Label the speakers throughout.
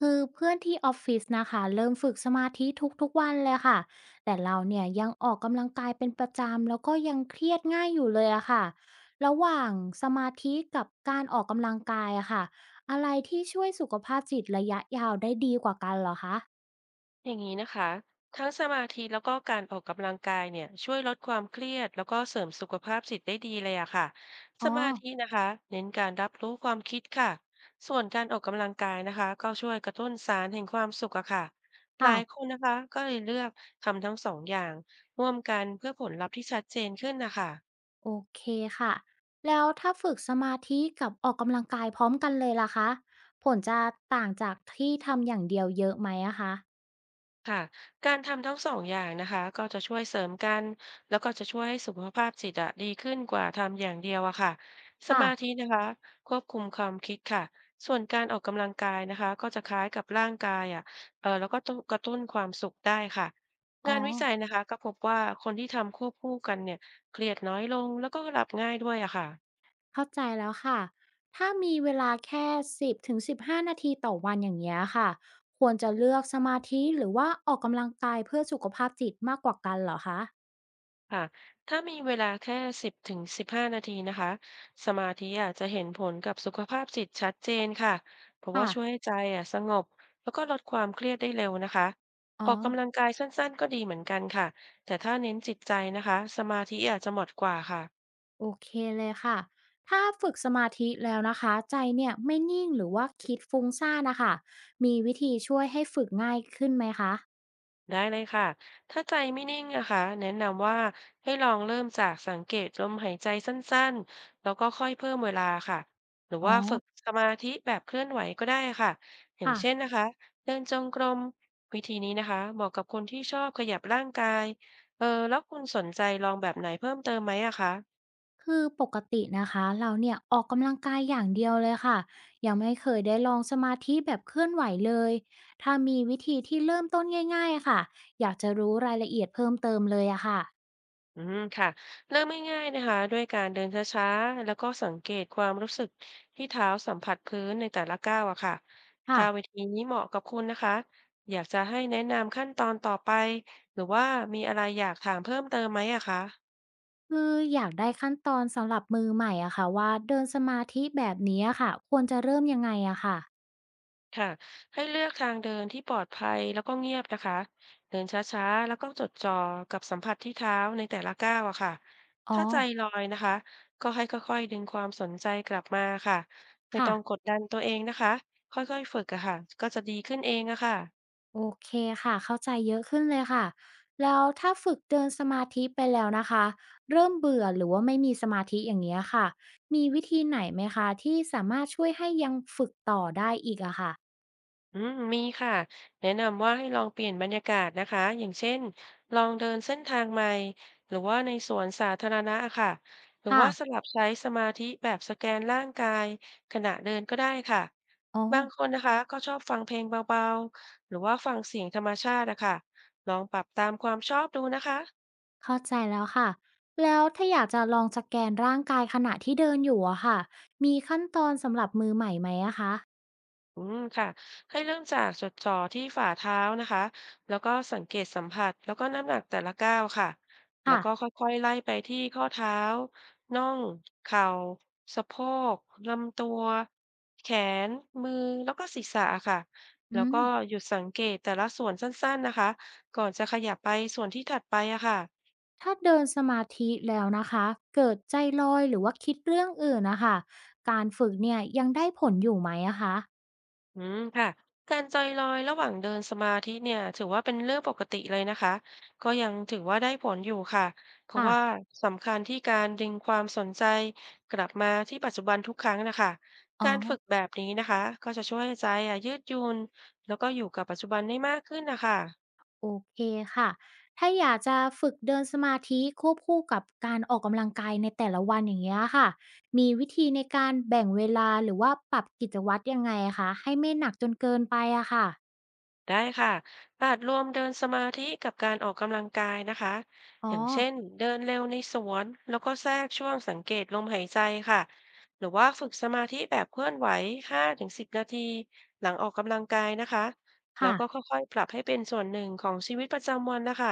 Speaker 1: คือเพื่อนที่ออฟฟิศนะคะเริ่มฝึกสมาธิทุกๆวันเลยค่ะแต่เราเนี่ยยังออกกำลังกายเป็นประจำแล้วก็ยังเครียดง่ายอยู่เลยอะค่ะระหว่างสมาธิกับการออกกำลังกายอะค่ะอะไรที่ช่วยสุขภาพจิตระยะยาวได้ดีกว่ากันเหรอคะ
Speaker 2: อย่างนี้นะคะทั้งสมาธิแล้วก็การออกกำลังกายเนี่ยช่วยลดความเครียดแล้วก็เสริมสุขภาพจิตได้ดีเลยอะค่ะส
Speaker 1: อ๋อ
Speaker 2: มาธินะคะเน้นการรับรู้ความคิดค่ะส่วนการออกกำลังกายนะคะก็ช่วยกระตุ้นสารแห่งความสุขอะค่ะห
Speaker 1: ค่ะ
Speaker 2: ลายคนนะคะก็เลยเลือกทำทั้งสองอย่างร่วมกันเพื่อผลลัพธ์ที่ชัดเจนขึ้นนะคะ
Speaker 1: โอเคค่ะแล้วถ้าฝึกสมาธิกับออกกำลังกายพร้อมกันเลยล่ะคะผลจะต่างจากที่ทำอย่างเดียวเยอะไหมอะคะ
Speaker 2: ค่ะการทำทั้งสองอย่างนะคะก็จะช่วยเสริมกันแล้วก็จะช่วยให้สุขภาพจิตอะดีขึ้นกว่าทำอย่างเดียวอะค่ะส
Speaker 1: ค่ะ
Speaker 2: มาธินะคะควบคุมความคิดค่ะส่วนการออกกำลังกายนะคะก็จะคล้ายกับร่างกายอะเออแล้วก็ต้องกระตุ้นความสุขได้ค่ะ
Speaker 1: อ๋อ
Speaker 2: งานวิจัยนะคะก็พบว่าคนที่ทำควบคู่กันเนี่ยเครียดน้อยลงแล้วก็หลับง่ายด้วยอะค่ะ
Speaker 1: เข้าใจแล้วค่ะ ถ้ามีเวลาแค่10ถึง15นาทีต่อวันอย่างเงี้ยค่ะ ควรจะเลือกสมาธิหรือว่าออกกำลังกายเพื่อสุขภาพจิตมากกว่ากันเหรอคะ
Speaker 2: ค่ะถ้ามีเวลาแค่10ถึง15นาทีนะคะสมาธิอาจจะเห็นผลกับสุขภาพจิตชัดเจนค่ะเพราะว่า
Speaker 1: ค่ะ
Speaker 2: ช่วยให้ใจอ่ะสงบแล้วก็ลดความเครียดได้เร็วนะคะ
Speaker 1: อ๋อ
Speaker 2: ออกกำลังกายสั้นๆก็ดีเหมือนกันค่ะแต่ถ้าเน้นจิตใจนะคะสมาธิอาจจะหมดกว่าค่ะ
Speaker 1: โอเคเลยค่ะ ถ้าฝึกสมาธิแล้วนะคะใจเนี่ยไม่นิ่งหรือว่าคิดฟุ้งซ่านนะคะ มีวิธีช่วยให้ฝึกง่ายขึ้นไหมคะ
Speaker 2: ได้เลยค่ะ ถ้าใจไม่นิ่งนะคะแนะนำว่าให้ลองเริ่มจากสังเกตลมหายใจสั้นๆแล้วก็ค่อยเพิ่มเวลาค่ะหรือ
Speaker 1: อ๋อ
Speaker 2: ว่าฝึกสมาธิแบบเคลื่อนไหวก็ได้ค่ะอย่างเช่น
Speaker 1: ค่ะ
Speaker 2: นะคะเดินจงกรมวิธีนี้นะคะเหมาะกับคนที่ชอบขยับร่างกายเออแล้วคุณสนใจลองแบบไหนเพิ่มเติมไหมอะคะ
Speaker 1: คือปกตินะคะเราเนี่ยออกกำลังกายอย่างเดียวเลยค่ะยังไม่เคยได้ลองสมาธิแบบเคลื่อนไหวเลยถ้ามีวิธีที่เริ่มต้นง่ายๆค่ะอยากจะรู้รายละเอียดเพิ่มเติมเลยอะค่ะ
Speaker 2: อืมค่ะเริ่มง่ายๆนะคะด้วยการเดินช้าๆแล้วก็สังเกตความรู้สึกที่เท้าสัมผัสพื้นในแต่ละก้าวอะค่ะถ้าวิ
Speaker 1: ค่ะ
Speaker 2: ธีนี้เหมาะกับคุณนะคะอยากจะให้แนะนำขั้นตอนต่อไปหรือว่ามีอะไรอยากถามเพิ่มเติมไหมอะคะ
Speaker 1: คืออยากได้ขั้นตอนสำหรับมือใหม่อะค่ะว่าเดินสมาธิแบบนี้อะค่ะควรจะเริ่มยังไงอะค่ะ
Speaker 2: ค่ะให้เลือกทางเดินที่ปลอดภัยแล้วก็เงียบนะคะเดินช้าๆแล้วก็จดจ่อกับสัมผัสที่เท้าในแต่ละก้าวอะค่ะ
Speaker 1: อ๋อ
Speaker 2: ถ้าใจลอยนะคะก็ให้ค่อยๆดึงความสนใจกลับมาค่ะไม่
Speaker 1: ค่ะ
Speaker 2: ต้องกดดันตัวเองนะคะค่อยๆฝึกอะค่ะก็จะดีขึ้นเองอะค่ะ
Speaker 1: โอเคค่ะเข้าใจเยอะขึ้นเลยค่ะแล้วถ้าฝึกเดินสมาธิไปแล้วนะคะเริ่มเบื่อหรือว่าไม่มีสมาธิอย่างเงี้ยค่ะมีวิธีไหนไหมคะที่สามารถช่วยให้ยังฝึกต่อได้อีกอะค่ะ
Speaker 2: อืมมีค่ะแนะนำว่าให้ลองเปลี่ยนบรรยากาศนะคะอย่างเช่นลองเดินเส้นทางใหม่หรือว่าในสวนสาธารณะค่ะหรือ
Speaker 1: ค่ะ
Speaker 2: ว่าสลับใช้สมาธิแบบสแกนร่างกายขณะเดินก็ได้ค่ะ
Speaker 1: อ๋อ
Speaker 2: บางคนนะคะก็ชอบฟังเพลงเบาๆหรือว่าฟังเสียงธรรมชาตินะคะลองปรับตามความชอบดูนะคะ
Speaker 1: เข้าใจแล้วค่ะแล้วถ้าอยากจะลองสแกนร่างกายขณะที่เดินอยู่อะค่ะมีขั้นตอนสำหรับมือใหม่ไหมอะคะ
Speaker 2: อืมค่ะให้เริ่มจากจดจ่อที่ฝ่าเท้านะคะแล้วก็สังเกตสัมผัสแล้วก็น้ำหนักแต่ละก้าวค่ะแล้ว
Speaker 1: ค่ะ
Speaker 2: ก็ค่อยๆไล่ไปที่ข้อเท้าน่องเข่าสะโพกลำตัวแขนมือแล้วก็ศีรษะค่ะแล้
Speaker 1: อื
Speaker 2: ว
Speaker 1: ม
Speaker 2: ก็หยุดสังเกตแต่ละส่วนสั้นๆนะคะก่อนจะขยับไปส่วนที่ถัดไปอะค่ะ
Speaker 1: ถ้าเดินสมาธิแล้วนะคะเกิดใจลอยหรือว่าคิดเรื่องอื่นนะคะการฝึกเนี่ยยังได้ผลอยู่ไหมอะคะ
Speaker 2: อืมค่ะการใจลอยระหว่างเดินสมาธิเนี่ยถือว่าเป็นเรื่องปกติเลยนะคะก็ยังถือว่าได้ผลอยู่ค่ะเพราะว่า
Speaker 1: ค่ะ
Speaker 2: สำคัญที่การดึงความสนใจกลับมาที่ปัจจุบันทุกครั้งนะคะ
Speaker 1: อ๋อ
Speaker 2: การฝึกแบบนี้นะคะก็จะช่วยให้ใจอ่ะยืดหยุ่นแล้วก็อยู่กับปัจจุบันได้มากขึ้นนะคะ
Speaker 1: โอเคค่ะถ้าอยากจะฝึกเดินสมาธิควบคู่กับการออกกำลังกายในแต่ละวันอย่างเงี้ยค่ะมีวิธีในการแบ่งเวลาหรือว่าปรับกิจวัตรยังไงคะให้ไม่หนักจนเกินไปอะค่ะ
Speaker 2: ได้ค่ะอาจรวมเดินสมาธิกับการออกกำลังกายนะคะ
Speaker 1: อ๋
Speaker 2: อ
Speaker 1: อ
Speaker 2: ย่างเช่นเดินเร็วในสวนแล้วก็แทรกช่วงสังเกตลมหายใจค่ะหรือว่าฝึกสมาธิแบบเคลื่อนไหว 5-10 นาทีหลังออกกำลังกายนะคะแล้ว
Speaker 1: ค่ะ
Speaker 2: ก็ค่อยๆปรับให้เป็นส่วนหนึ่งของชีวิตประจำวันนะคะ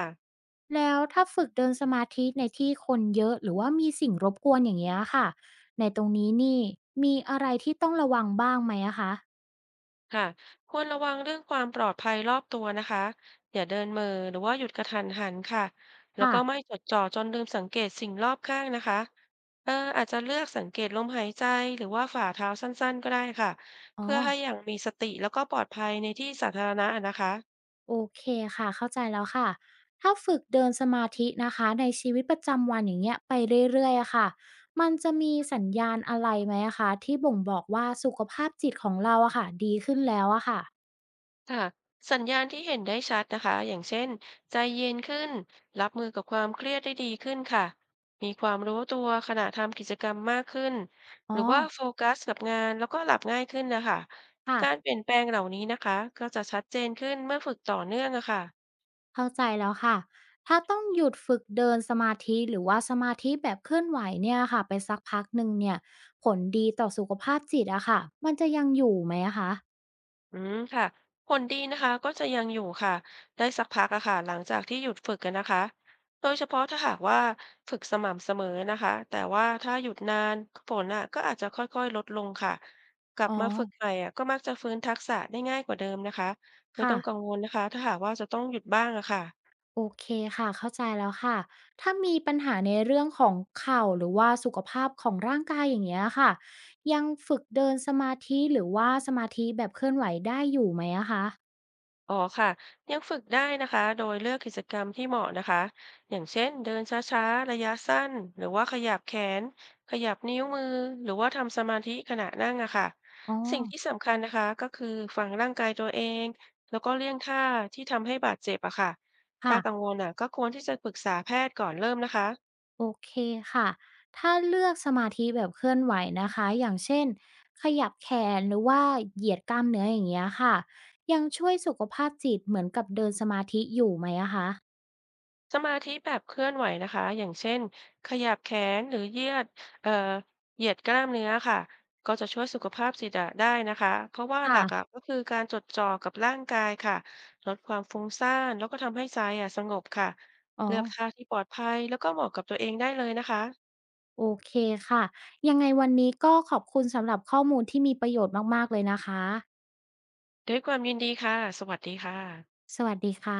Speaker 1: แล้วถ้าฝึกเดินสมาธิในที่คนเยอะหรือว่ามีสิ่งรบกวนอย่างเงี้ยค่ะในตรงนี้นี่มีอะไรที่ต้องระวังบ้างไหมอะคะ
Speaker 2: ค่ะควรระวังเรื่องความปลอดภัยรอบตัวนะคะ อย่าเดินเหม่อหรือว่าหยุดกระทันหันค่ะ แล้ว
Speaker 1: ค่ะ
Speaker 2: ก็ไม่จดจ่อจนลืมสังเกตสิ่งรอบข้างนะคะเอออาจจะเลือกสังเกตลมหายใจหรือว่าฝ่าเท้าสั้นๆก็ได้ค่ะ
Speaker 1: อ๋อ
Speaker 2: เพื่อให้อย่างมีสติแล้วก็ปลอดภัยในที่สาธารณะนะคะ
Speaker 1: โอเคค่ะเข้าใจแล้วค่ะถ้าฝึกเดินสมาธินะคะในชีวิตประจำวันอย่างเงี้ยไปเรื่อยๆอะค่ะมันจะมีสัญญาณอะไรไหมอะคะที่บ่งบอกว่าสุขภาพจิตของเราอะค่ะดีขึ้นแล้วอะค่ะ
Speaker 2: ค่ะสัญญาณที่เห็นได้ชัดนะคะอย่างเช่นใจเย็นขึ้นรับมือกับความเครียดได้ดีขึ้นค่ะมีความรู้ตัวขณะทำกิจกรรมมากขึ้นห
Speaker 1: อ๋อ
Speaker 2: รือว่าโฟกัสกับงานแล้วก็หลับง่ายขึ้นนะคะ
Speaker 1: ค่ะ
Speaker 2: การเปลี่ยนแปลงเหล่านี้นะคะก็จะชัดเจนขึ้นเมื่อฝึกต่อเนื่องอะค่ะ
Speaker 1: เข้าใจแล้วค่ะ ถ้าต้องหยุดฝึกเดินสมาธิหรือว่าสมาธิแบบเคลื่อนไหวเนี่ยค่ะไปสักพักหนึ่งเนี่ยผลดีต่อสุขภาพจิตอะค่ะมันจะยังอยู่ไหมอะคะ
Speaker 2: อืมค่ะผลดีนะคะก็จะยังอยู่ค่ะได้สักพักอะค่ะหลังจากที่หยุดฝึกกันนะคะโดยเฉพาะถ้าหากว่าฝึกสม่ำเสมอนะคะแต่ว่าถ้าหยุดนานผลอะก็อาจจะค่อยๆลดลงค่ะกลับ
Speaker 1: อ๋อ
Speaker 2: มาฝึกใหม่อะก็มักจะฟื้นทักษะได้ง่ายกว่าเดิมนะคะไม่ต้
Speaker 1: ค่ะ
Speaker 2: องกังวลนะคะถ้าหากว่าจะต้องหยุดบ้างอะค่ะ
Speaker 1: โอเคค่ะเข้าใจแล้วค่ะถ้ามีปัญหาในเรื่องของเข่าหรือว่าสุขภาพของร่างกายอย่างเงี้ยค่ะยังฝึกเดินสมาธิหรือว่าสมาธิแบบเคลื่อนไหวได้อยู่ไหมอะคะ
Speaker 2: อ๋อค่ะยังฝึกได้นะคะโดยเลือกกิจกรรมที่เหมาะนะคะอย่างเช่นเดินช้าๆระยะสั้นหรือว่าขยับแขนขยับนิ้วมือหรือว่าทำสมาธิขณะนั่งอะค่ะ
Speaker 1: อ๋อ
Speaker 2: สิ่งที่สำคัญนะคะก็คือฟังร่างกายตัวเองแล้วก็เลี่ยงท่าที่ทำให้บาดเจ็บอะค่ะถ้า
Speaker 1: ค่ะ
Speaker 2: กังวลอะก็ควรที่จะปรึกษาแพทย์ก่อนเริ่มนะคะ
Speaker 1: โอเคค่ะ ถ้าเลือกสมาธิแบบเคลื่อนไหวนะคะ อย่างเช่นขยับแขนหรือว่าเหยียดกล้ามเนื้ออย่างเงี้ยค่ะ ยังช่วยสุขภาพจิตเหมือนกับเดินสมาธิอยู่ไหมอะคะ
Speaker 2: สมาธิแบบเคลื่อนไหวนะคะอย่างเช่นขยับแขนหรือเหยียดเอ่อเหยียดกล้ามเนื้อค่ะก็จะช่วยสุขภาพจิตอะได้นะคะ เพราะว่าหลักอะ
Speaker 1: ค่ะ
Speaker 2: ก็คือการจดจ่อกับร่างกายค่ะลดความฟุ้งซ่านแล้วก็ทำให้ใจอะสงบค่ะ
Speaker 1: อ๋อ
Speaker 2: เลือกท่าที่ปลอดภัยแล้วก็เหมาะกับตัวเองได้เลยนะคะ
Speaker 1: โอเคค่ะ ยังไงวันนี้ก็ขอบคุณสำหรับข้อมูลที่มีประโยชน์มากๆเลยนะคะ
Speaker 2: ด้วยความยินดีค่ะ สวัสดีค่ะ
Speaker 1: สวัสดีค่ะ